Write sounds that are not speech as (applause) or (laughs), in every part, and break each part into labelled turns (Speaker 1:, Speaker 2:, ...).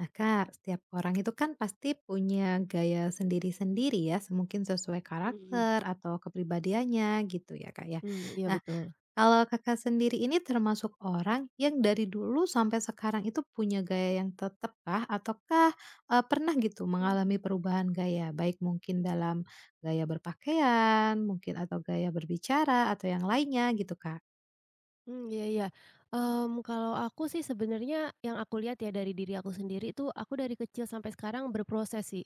Speaker 1: Nah Kak, setiap orang itu kan pasti punya gaya sendiri-sendiri ya, se mungkin sesuai
Speaker 2: Mhm,
Speaker 1: karakter atau kepribadiannya gitu ya Kak ya.
Speaker 2: iya
Speaker 1: Nah
Speaker 2: betul.
Speaker 1: kalau Kakak sendiri ini termasuk orang yang dari dulu sampai sekarang itu punya gaya yang tetap kah? Ataukah, pernah gitu
Speaker 2: Mmm,
Speaker 1: mengalami perubahan gaya? Baik mungkin dalam gaya berpakaian, mungkin atau gaya berbicara, atau yang lainnya gitu Kak?
Speaker 2: iya iya. Kalau aku sih sebenarnya yang aku lihat ya dari diri aku sendiri itu aku dari kecil sampai sekarang berproses sih.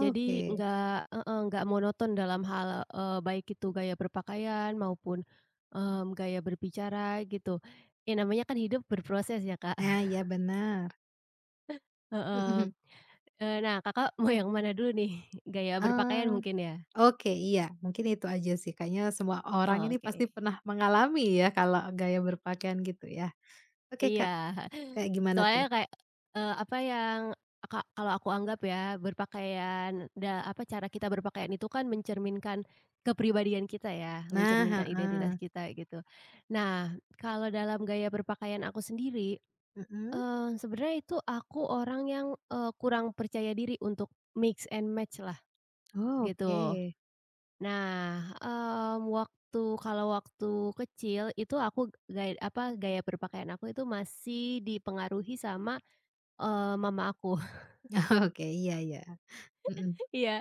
Speaker 2: Jadi nggak heeh, nggak monoton dalam hal, baik itu gaya berpakaian maupun, gaya berbicara gitu. Ya namanya kan hidup berproses ya, Kak.
Speaker 1: Ah,
Speaker 2: (laughs)
Speaker 1: ya benar.
Speaker 2: Heeh, nah Kakak mau yang mana dulu nih? Gaya
Speaker 1: (laughs)
Speaker 2: berpakaian mungkin ya?
Speaker 1: Oke, iya, mungkin itu aja sih, kayaknya semua orang ini pasti
Speaker 2: Oke.
Speaker 1: pernah mengalami ya, kalau gaya berpakaian gitu ya. Oke,
Speaker 2: Iya.
Speaker 1: Kak, kayak gimana tuh?
Speaker 2: Soalnya kayak, apa yang kalau aku anggap ya, berpakaian apa, cara kita berpakaian itu kan mencerminkan kepribadian kita ya,
Speaker 1: Nah
Speaker 2: mencerminkan identitas
Speaker 1: heeh,
Speaker 2: kita gitu. Nah, kalau dalam gaya berpakaian aku sendiri,
Speaker 1: mhm,
Speaker 2: sebenarnya itu aku orang yang, kurang percaya diri untuk mix and match lah
Speaker 1: oh,
Speaker 2: gitu.
Speaker 1: oke.
Speaker 2: Nah, kalau waktu kecil itu aku gaya apa, gaya berpakaian aku itu masih dipengaruhi sama Eee, mama aku.
Speaker 1: (laughs) Oke, iya iya, mhm
Speaker 2: (laughs) Iya,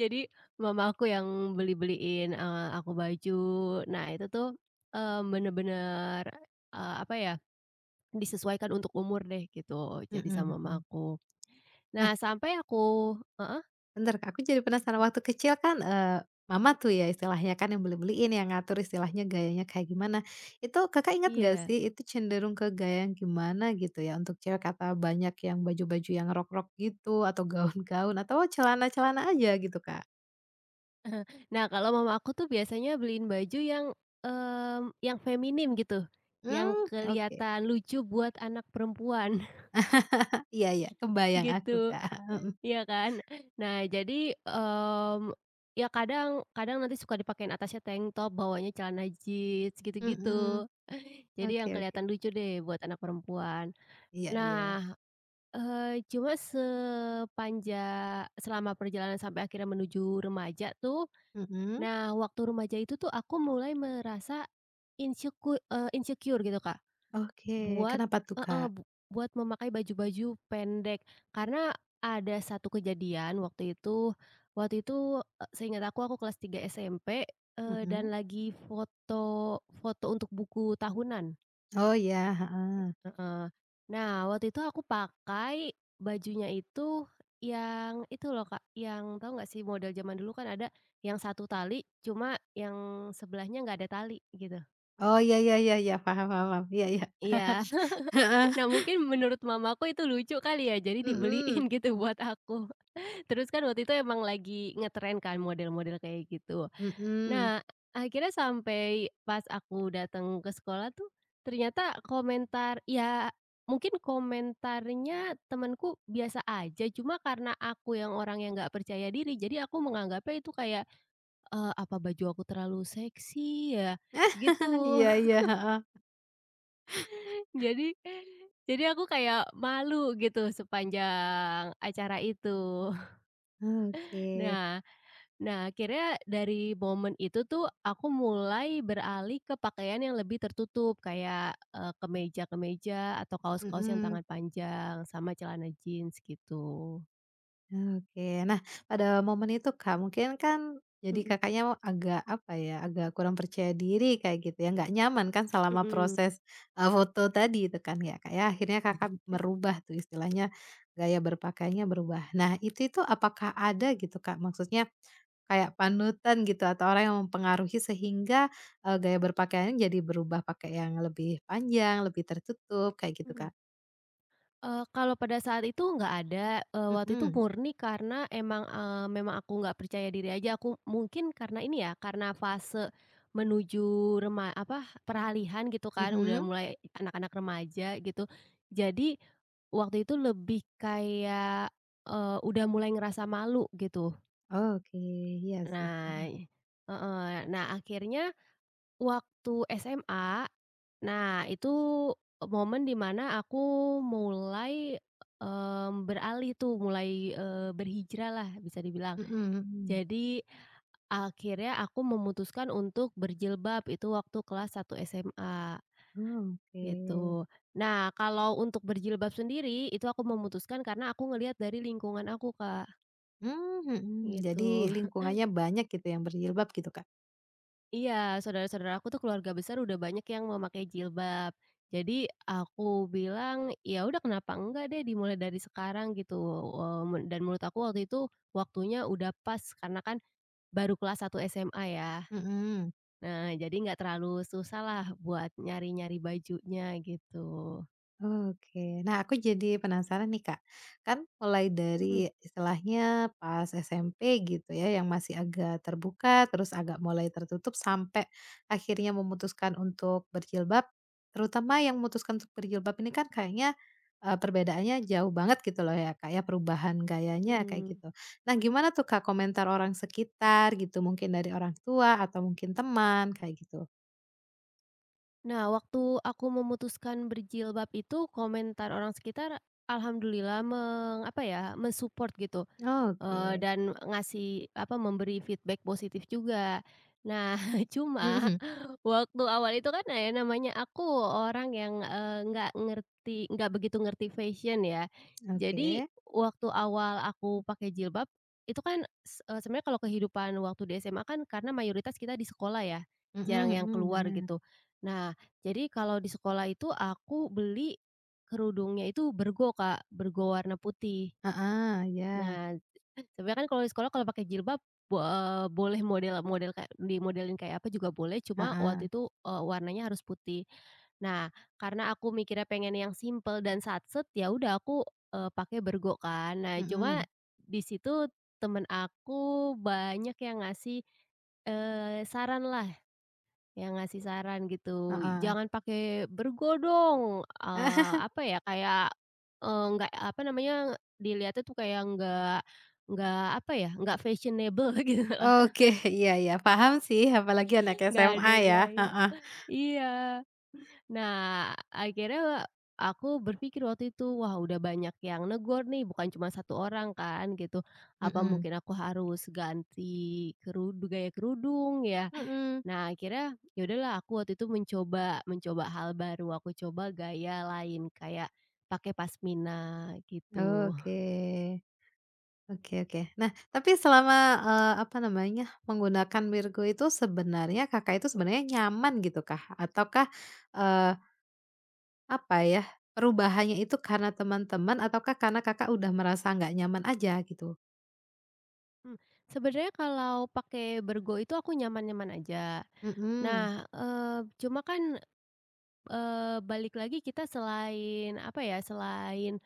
Speaker 2: jadi mama aku yang beli-beliin, aku baju. Nah, itu tuh, bener-bener, apa ya, disesuaikan untuk umur deh gitu, jadi
Speaker 1: mhm
Speaker 2: sama mama
Speaker 1: mhm. Nah
Speaker 2: aku. Nah, sampai aku heeh,
Speaker 1: bentar, Kak, aku jadi penasaran waktu kecil kan, mama tuh ya istilahnya kan yang beli-beliin, yang ngatur istilahnya gayanya kayak gimana. Itu Kakak ingat nggak
Speaker 2: iya.
Speaker 1: sih itu cenderung ke gaya yang gimana gitu ya untuk cewek? Kata banyak yang baju-baju yang rok-rok gitu atau gaun-gaun atau celana-celana aja gitu, Kak?
Speaker 2: Nah, kalau mama aku tuh biasanya beliin baju yang, yang feminim gitu, yang
Speaker 1: Hmm, oke.
Speaker 2: kelihatan lucu buat anak perempuan.
Speaker 1: Iya iya, kebayang
Speaker 2: Gitu,
Speaker 1: aku, Kak. (laughs)
Speaker 2: iya kan? Nah jadi, mmm, ya kadang kadang nanti suka dipakein atasnya tank top, bawahnya celana jeans,
Speaker 1: Heeh,
Speaker 2: gitu-gitu.
Speaker 1: mhm,
Speaker 2: (laughs) Jadi
Speaker 1: oke
Speaker 2: yang
Speaker 1: oke.
Speaker 2: kelihatan lucu deh buat anak perempuan.
Speaker 1: Iya iya,
Speaker 2: Nah, cuma sepanjang selama perjalanan sampai akhirnya menuju remaja tuh,
Speaker 1: mhm,
Speaker 2: nah waktu remaja itu tuh aku mulai merasa insecure, insecure gitu Kak.
Speaker 1: oke.
Speaker 2: Buat
Speaker 1: Kenapa tuh,
Speaker 2: heeh,
Speaker 1: Kak?
Speaker 2: buat memakai baju-baju pendek. Karena ada satu kejadian waktu itu, seingat aku kelas 3 SMP, dan
Speaker 1: Mhm.
Speaker 2: lagi foto foto untuk buku tahunan,
Speaker 1: Oh, iya, heeh.
Speaker 2: heeh. Nah, waktu itu aku pakai bajunya itu yang itu loh, Kak, yang tahu nggak sih model zaman dulu kan ada yang satu tali, cuma yang sebelahnya nggak ada tali gitu.
Speaker 1: Oh, iya iya iya iya, paham paham paham, iya iya.
Speaker 2: Iya.
Speaker 1: Heeh,
Speaker 2: Nah, mungkin menurut mamaku itu lucu kali ya, jadi
Speaker 1: mhm,
Speaker 2: dibeliin (laughs) gitu buat aku. Terus kan waktu itu emang lagi ngetren kan model-model kayak gitu.
Speaker 1: mhm.
Speaker 2: Nah, akhirnya sampai pas aku datang ke sekolah tuh, ternyata komentar ya mungkin komentarnya temanku biasa aja, cuma karena aku yang orang yang nggak percaya diri, jadi aku menganggapnya itu kayak, "Apa baju aku terlalu seksi ya?" Gitu.
Speaker 1: (laughs) Iya iya, heeh.
Speaker 2: Jadi jadi aku kayak malu gitu sepanjang acara itu.
Speaker 1: Oke,
Speaker 2: Nah nah akhirnya dari momen itu tuh aku mulai beralih ke pakaian yang lebih tertutup kayak, kemeja-kemeja atau kaos-kaos yang
Speaker 1: mhm.
Speaker 2: tangan panjang sama celana jeans gitu.
Speaker 1: Oke. Nah, pada momen itu, Kak, mungkin kan jadi
Speaker 2: Mhm
Speaker 1: Kakaknya agak, apa ya, agak kurang percaya diri kayak gitu ya, nggak nyaman kan selama
Speaker 2: mhm
Speaker 1: proses, foto tadi itu kan ya, Kak, ya. Akhirnya Kakak merubah tuh istilahnya, gaya berpakaiannya berubah. Nah, itu apakah ada gitu, Kak, maksudnya kayak panutan gitu atau orang yang mempengaruhi sehingga, gaya berpakaiannya jadi berubah pakai yang lebih panjang, lebih tertutup kayak gitu,
Speaker 2: mhm.
Speaker 1: Kak?
Speaker 2: Kalau pada saat itu nggak ada, waktu itu
Speaker 1: Mhm
Speaker 2: murni karena emang, memang aku nggak percaya diri aja, aku mungkin karena ini ya, karena fase menuju apa, peralihan gitu kan, udah
Speaker 1: mhm.
Speaker 2: mulai anak-anak remaja gitu. Jadi, waktu itu lebih kayak, udah mulai ngerasa malu gitu.
Speaker 1: Oke, iya sih.
Speaker 2: Nah heeh, nah akhirnya Waktu SMA, nah itu momen dimana aku mulai, beralih tuh, mulai, berhijrah lah bisa dibilang.
Speaker 1: Mhm mhm.
Speaker 2: Jadi, akhirnya aku memutuskan untuk berjilbab, itu waktu kelas 1 SMA,
Speaker 1: Oh, oke.
Speaker 2: gitu. Nah, kalau untuk berjilbab sendiri, itu aku memutuskan karena aku ngelihat dari lingkungan aku, Kak,
Speaker 1: Mmm, mhm. Jadi
Speaker 2: gitu.
Speaker 1: lingkungannya banyak gitu yang berjilbab gitu, Kak?
Speaker 2: Iya, saudara-saudara aku tuh keluarga besar udah banyak yang memakai jilbab. Jadi aku bilang, "Ya udah kenapa enggak deh dimulai dari sekarang," gitu, eee, men dan menurut aku waktu itu waktunya udah pas karena kan baru kelas 1 SMA ya.
Speaker 1: Mhm.
Speaker 2: Nah, jadi nggak terlalu susah lah buat nyari-nyari bajunya gitu.
Speaker 1: Oke. Nah, aku jadi penasaran nih, Kak. Kan mulai
Speaker 2: Mhm
Speaker 1: dari istilahnya pas SMP gitu ya, yang masih agak terbuka, terus agak mulai tertutup sampai akhirnya memutuskan untuk berjilbab. Terutama yang memutuskan untuk berjilbab ini kan kayaknya, perbedaannya jauh banget gitu loh ya, Kak, ya, perubahan gayanya kayak
Speaker 2: mhm.
Speaker 1: gitu. Nah, gimana tuh, Kak, komentar orang sekitar gitu, mungkin dari orang tua atau mungkin teman kayak gitu?
Speaker 2: Nah, waktu aku memutuskan berjilbab itu komentar orang sekitar alhamdulillah apa ya, mensupport gitu.
Speaker 1: Oke.
Speaker 2: Dan ngasih apa, memberi feedback positif juga. Nah, (laughs)
Speaker 1: (laughs)
Speaker 2: cuma
Speaker 1: Mhm,
Speaker 2: waktu awal itu kan ya namanya aku orang yang, nggak ngerti nggak begitu ngerti fashion ya. Jadi
Speaker 1: oke.
Speaker 2: waktu awal aku pakai jilbab, itu kan sebenarnya kalau kehidupan waktu di SMA kan karena mayoritas kita di sekolah ya,
Speaker 1: Mhm
Speaker 2: jarang yang
Speaker 1: mhm,
Speaker 2: keluar
Speaker 1: bener.
Speaker 2: gitu. Nah, jadi kalau di sekolah itu aku beli kerudungnya itu bergo Kak, bergo warna putih.
Speaker 1: Heeh, ya
Speaker 2: Nah, sebenarnya kan kalau di sekolah kalau pakai jilbab boleh model model kayak dimodelin kayak apa juga boleh, cuma
Speaker 1: heeh,
Speaker 2: waktu itu, warnanya harus putih. Nah, karena aku mikirnya pengen yang simple dan satset, ya udah aku, pakai bergo kan. Nah, cuma
Speaker 1: mhm,
Speaker 2: di situ temen aku banyak yang ngasih, eh, saran lah yang ngasih saran gitu,
Speaker 1: heeh.
Speaker 2: "Jangan pakai bergodong, dong,"
Speaker 1: (laughs)
Speaker 2: apa ya, kayak, nggak apa namanya, dilihatnya tuh kayak nggak apa ya, nggak fashionable (laughs) gitulah,
Speaker 1: Oke, iya iya, paham sih, apalagi anak
Speaker 2: nggak
Speaker 1: SMA
Speaker 2: ada
Speaker 1: ya,
Speaker 2: gaya.
Speaker 1: heeh,
Speaker 2: Iya. Nah, akhirnya aku berpikir waktu itu, wah udah banyak yang negor nih, bukan cuma satu orang kan gitu. Apa
Speaker 1: mhm,
Speaker 2: mungkin aku harus ganti kerudung, gaya kerudung ya?
Speaker 1: mhm,
Speaker 2: Nah, akhirnya ya udahlah aku waktu itu mencoba mencoba hal baru. Aku coba gaya lain kayak pakai pasmina gitu.
Speaker 1: oke, oke oke. Nah, tapi selama, apa namanya, menggunakan Wirgo itu sebenarnya Kakak itu sebenarnya nyaman gitu kah? Ataukah, eee, apa ya, perubahannya itu karena teman-teman ataukah karena Kakak udah merasa nggak nyaman aja gitu?
Speaker 2: Hmm, sebenarnya kalau pakai bergo itu aku nyaman-nyaman aja.
Speaker 1: Mhm,
Speaker 2: Nah, eh, cuma kan eh, balik lagi kita selain apa ya, selain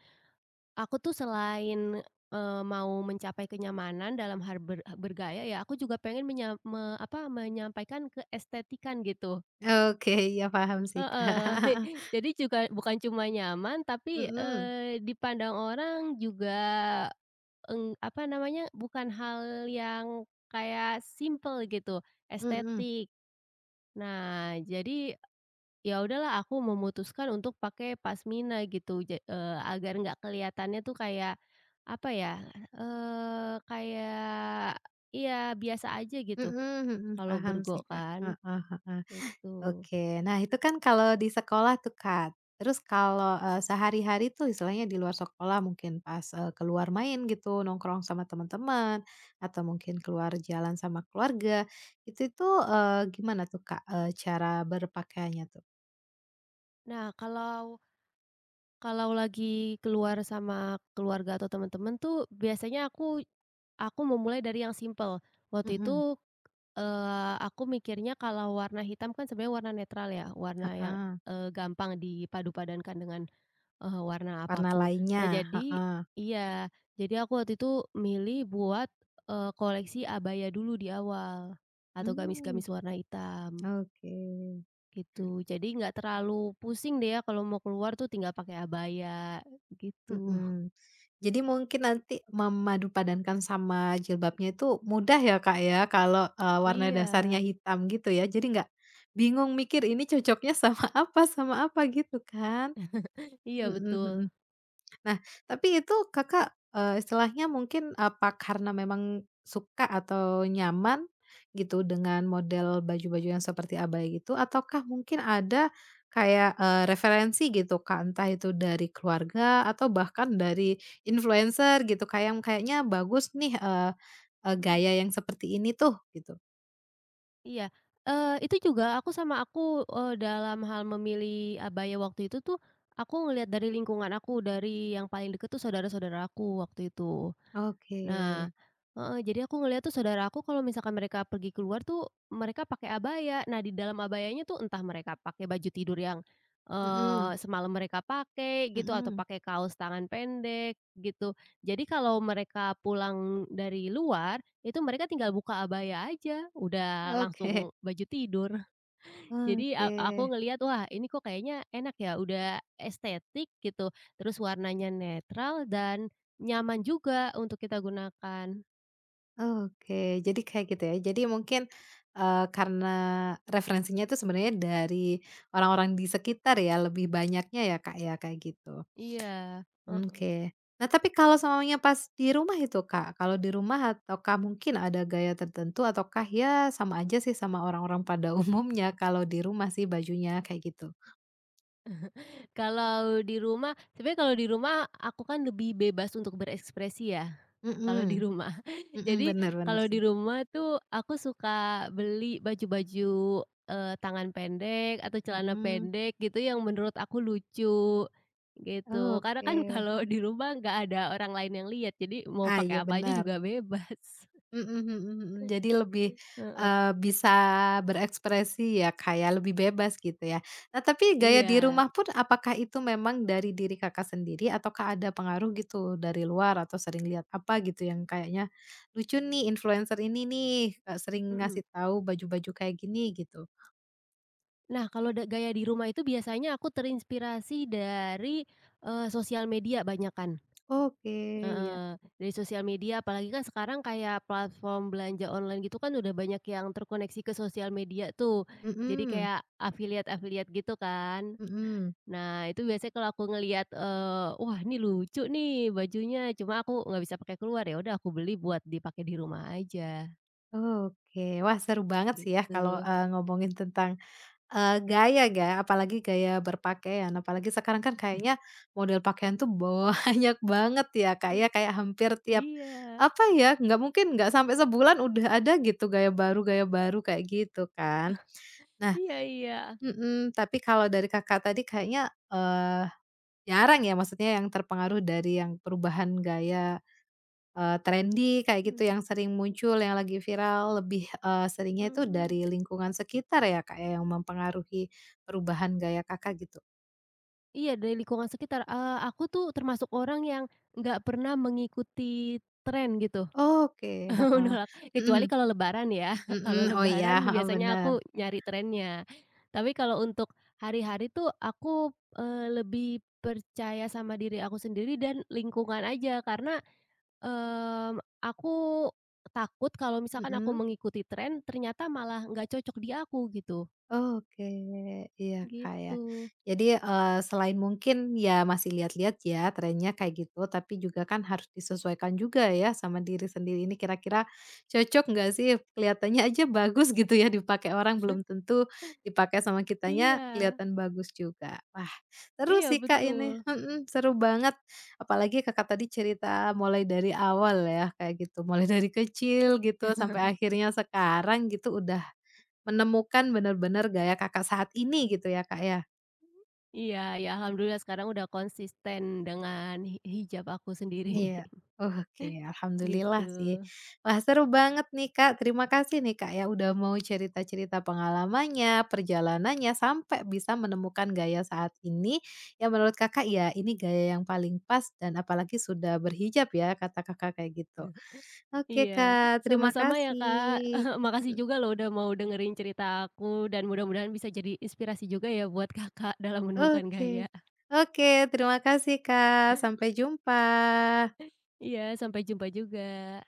Speaker 2: Aku tuh selain, mau mencapai kenyamanan dalam hal bergaya ya, aku juga pengen menya me apa, menyampaikan keestetikan gitu.
Speaker 1: oke, iya paham sih, (laughs)
Speaker 2: Heeh.
Speaker 1: Kak,
Speaker 2: (laughs) Jadi juga bukan cuma nyaman tapi,
Speaker 1: mhm.
Speaker 2: dipandang orang juga, apa namanya, bukan hal yang kayak simple gitu,
Speaker 1: Mhm
Speaker 2: estetik. Nah, jadi Ya udahlah aku memutuskan untuk pakai pasmina gitu, agar nggak kelihatannya tuh kayak, apa ya, kayak iya biasa aja gitu
Speaker 1: mhm mhm,
Speaker 2: kalau
Speaker 1: paham sih,
Speaker 2: bergo
Speaker 1: Kak,
Speaker 2: kan,
Speaker 1: heeh heeh.
Speaker 2: gitu.
Speaker 1: Oke, nah itu kan kalau di sekolah tuh, Kak. Terus kalau, sehari-hari tuh istilahnya di luar sekolah mungkin pas, keluar main gitu, nongkrong sama teman-teman, atau mungkin keluar jalan sama keluarga, itu tuh, gimana tuh, Kak, cara berpakaiannya tuh?
Speaker 2: Nah kalau kalau lagi keluar sama keluarga atau teman-teman tuh biasanya aku memulai dari yang simple Waktu
Speaker 1: Mhm,
Speaker 2: itu, aku mikirnya kalau warna hitam kan sebenarnya warna netral ya, warna yang,
Speaker 1: heeh,
Speaker 2: gampang dipadu padankan dengan Eee, warna
Speaker 1: warna
Speaker 2: apapun.
Speaker 1: lainnya,
Speaker 2: Nah jadi
Speaker 1: heeh,
Speaker 2: iya, jadi aku waktu itu milih buat, koleksi abaya dulu di awal, atau
Speaker 1: mmm,
Speaker 2: gamis-gamis warna hitam,
Speaker 1: oke.
Speaker 2: gitu. Jadi nggak terlalu pusing deh ya kalau mau keluar tuh tinggal pakai abaya, gitu. (laughs)
Speaker 1: Mhm. Jadi mungkin nanti memadu padankan sama jilbabnya itu mudah ya, Kak, ya, kalau, warna
Speaker 2: Iya
Speaker 1: dasarnya hitam gitu ya. Jadi nggak bingung mikir ini cocoknya sama apa gitu kan?
Speaker 2: iya
Speaker 1: Mhm mhm.
Speaker 2: betul.
Speaker 1: Nah, tapi itu Kakak, istilahnya mungkin apa karena memang suka atau nyaman gitu dengan model baju-baju yang seperti abaya gitu ataukah mungkin ada kayak, referensi gitu Kak, entah itu dari keluarga atau bahkan dari influencer gitu Kak, yang kayaknya bagus nih, eee eee,
Speaker 2: Mhm,
Speaker 1: gaya yang seperti ini tuh gitu?
Speaker 2: iya, itu juga aku, dalam hal memilih abaya waktu itu tuh, aku ngelihat dari lingkungan aku, dari yang paling deket tuh saudara-saudara aku waktu itu.
Speaker 1: Oke.
Speaker 2: Nah heeh, jadi aku ngeliat tuh saudara aku kalau misalkan mereka pergi keluar tuh, mereka pakai abaya. Nah di dalam abayanya tuh entah mereka pakai baju tidur yang,
Speaker 1: Mhm
Speaker 2: semalam mereka pakai gitu atau
Speaker 1: mhm.
Speaker 2: pakai kaos tangan pendek gitu. Jadi kalau mereka pulang dari luar, itu mereka tinggal buka abaya aja, udah
Speaker 1: Oke
Speaker 2: langsung baju tidur. Jadi
Speaker 1: oke.
Speaker 2: aku ngelihat, wah ini kok kayaknya enak ya, udah estetik gitu, terus warnanya netral dan nyaman juga untuk kita gunakan.
Speaker 1: Oke, jadi kayak gitu ya. Jadi mungkin, karena referensinya itu sebenarnya dari orang-orang di sekitar ya, lebih banyaknya ya, Kak, ya, kayak gitu.
Speaker 2: Iya,
Speaker 1: Mmm,
Speaker 2: heeh.
Speaker 1: oke. Nah, tapi kalau semuanya pas di rumah itu, Kak, kalau di rumah ataukah mungkin ada gaya tertentu ataukah ya sama aja sih sama orang-orang pada (laughs) umumnya kalau di rumah sih bajunya kayak gitu?
Speaker 2: Kalau di rumah sebenarnya kalau di rumah aku kan lebih bebas untuk berekspresi ya. Kalau di
Speaker 1: Mhm,
Speaker 2: rumah. (laughs)
Speaker 1: mhm,
Speaker 2: Jadi,
Speaker 1: bener bener
Speaker 2: kalau
Speaker 1: sih.
Speaker 2: di rumah tuh aku suka beli baju-baju, tangan pendek atau celana
Speaker 1: Mhm,
Speaker 2: pendek gitu yang menurut aku lucu, gitu. Karena kan (laughs)
Speaker 1: oke.
Speaker 2: kalau di rumah nggak ada orang lain yang lihat, jadi mau
Speaker 1: Ah, iya
Speaker 2: pakai apa aja
Speaker 1: benar.
Speaker 2: juga bebas.
Speaker 1: Mhm mhm mhm. Jadi lebih,
Speaker 2: (laughs) Heeh,
Speaker 1: bisa berekspresi ya, Kak, ya, lebih bebas gitu ya. Nah, tapi gaya di
Speaker 2: iya,
Speaker 1: rumah pun apakah itu memang dari diri Kakak sendiri ataukah ada pengaruh gitu dari luar atau sering lihat apa gitu yang kayaknya, "Lucu nih influencer ini nih, sering
Speaker 2: mhm.
Speaker 1: ngasih tahu baju-baju kayak gini," gitu?
Speaker 2: Nah, kalau gaya di rumah itu biasanya aku terinspirasi dari, sosial media banyakan.
Speaker 1: Oke, iya.
Speaker 2: Heeh, dari sosial media apalagi kan sekarang kayak platform belanja online gitu kan udah banyak yang terkoneksi ke sosial media tuh. Jadi
Speaker 1: Mhm,
Speaker 2: kayak affiliate-affiliate gitu kan.
Speaker 1: mhm.
Speaker 2: Nah itu biasanya kalau aku ngelihat, wah ini lucu nih bajunya cuma aku nggak bisa pakai keluar, ya udah aku beli buat dipakai di rumah aja,
Speaker 1: Oke. Wah, seru banget sih ya kalau,
Speaker 2: gitu.
Speaker 1: ngomongin tentang eee, gaya ya, apalagi gaya berpakaian, apalagi sekarang kan kayaknya model pakaian tuh (laughs) banyak banget ya, Kak, ya, kayak hampir tiap
Speaker 2: Iya,
Speaker 1: apa ya, nggak mungkin nggak sampai sebulan udah ada gitu gaya baru kayak gitu kan. Nah
Speaker 2: iya iya,
Speaker 1: mhm, tapi kalau dari Kakak tadi kayaknya, jarang ya maksudnya yang terpengaruh dari yang perubahan gaya eee, trendy kayak gitu yang sering muncul, yang lagi viral lebih, seringnya itu
Speaker 2: mhm.
Speaker 1: dari lingkungan sekitar ya, Kak, ya, yang mempengaruhi perubahan gaya Kakak gitu?
Speaker 2: Iya dari lingkungan sekitar, aku tuh termasuk orang yang nggak pernah mengikuti tren gitu.
Speaker 1: Oke, heeh,
Speaker 2: (laughs) Nolak, kecuali
Speaker 1: mhm
Speaker 2: kalau lebaran ya, (laughs)
Speaker 1: mhm,
Speaker 2: kalau
Speaker 1: oh, iya,
Speaker 2: lebaran
Speaker 1: heeh,
Speaker 2: biasanya
Speaker 1: bener,
Speaker 2: aku nyari trennya. Tapi kalau untuk hari-hari tuh aku, lebih percaya sama diri aku sendiri dan lingkungan aja karena, aku takut kalau misalkan aku
Speaker 1: mhm.
Speaker 2: mengikuti tren ternyata malah nggak cocok di aku gitu,
Speaker 1: Oke, iya, Kak, ya.
Speaker 2: gitu.
Speaker 1: Jadi, selain mungkin ya masih lihat-lihat ya trennya kayak gitu, tapi juga kan harus disesuaikan juga ya sama diri sendiri ini kira-kira cocok nggak sih? Kelihatannya aja bagus gitu ya dipakai orang, belum tentu dipakai sama kitanya
Speaker 2: Iya,
Speaker 1: kelihatan bagus juga. Wah, seru
Speaker 2: iya
Speaker 1: sih, Kak, ini,
Speaker 2: betul.
Speaker 1: mhm, seru banget. Apalagi Kakak tadi cerita mulai dari awal ya kayak gitu, mulai dari kecil gitu sampai akhirnya sekarang gitu udah menemukan bener-bener gaya Kakak saat ini gitu ya, Kak, ya?
Speaker 2: Iya, ya alhamdulillah sekarang udah konsisten dengan hijab aku sendiri,
Speaker 1: Iya. Oke,
Speaker 2: (laughs) gitu.
Speaker 1: alhamdulillah sih. Wah, seru banget nih, Kak. Terima kasih nih, Kak, ya udah mau cerita-cerita pengalamannya, perjalanannya, sampai bisa menemukan gaya saat ini yang menurut Kakak, ya ini gaya yang paling pas dan apalagi sudah berhijab ya kata Kakak kayak gitu. Oke,
Speaker 2: Iya,
Speaker 1: Kak, terima
Speaker 2: sama-sama ya Kak.
Speaker 1: kasih.
Speaker 2: (laughs) Makasih juga loh udah mau dengerin cerita aku dan mudah-mudahan bisa jadi inspirasi juga ya buat Kakak dalam
Speaker 1: E
Speaker 2: menemukan
Speaker 1: oke.
Speaker 2: gaya.
Speaker 1: Oke, terima kasih, Kak. Sampai jumpa.
Speaker 2: Iya, sampai jumpa juga.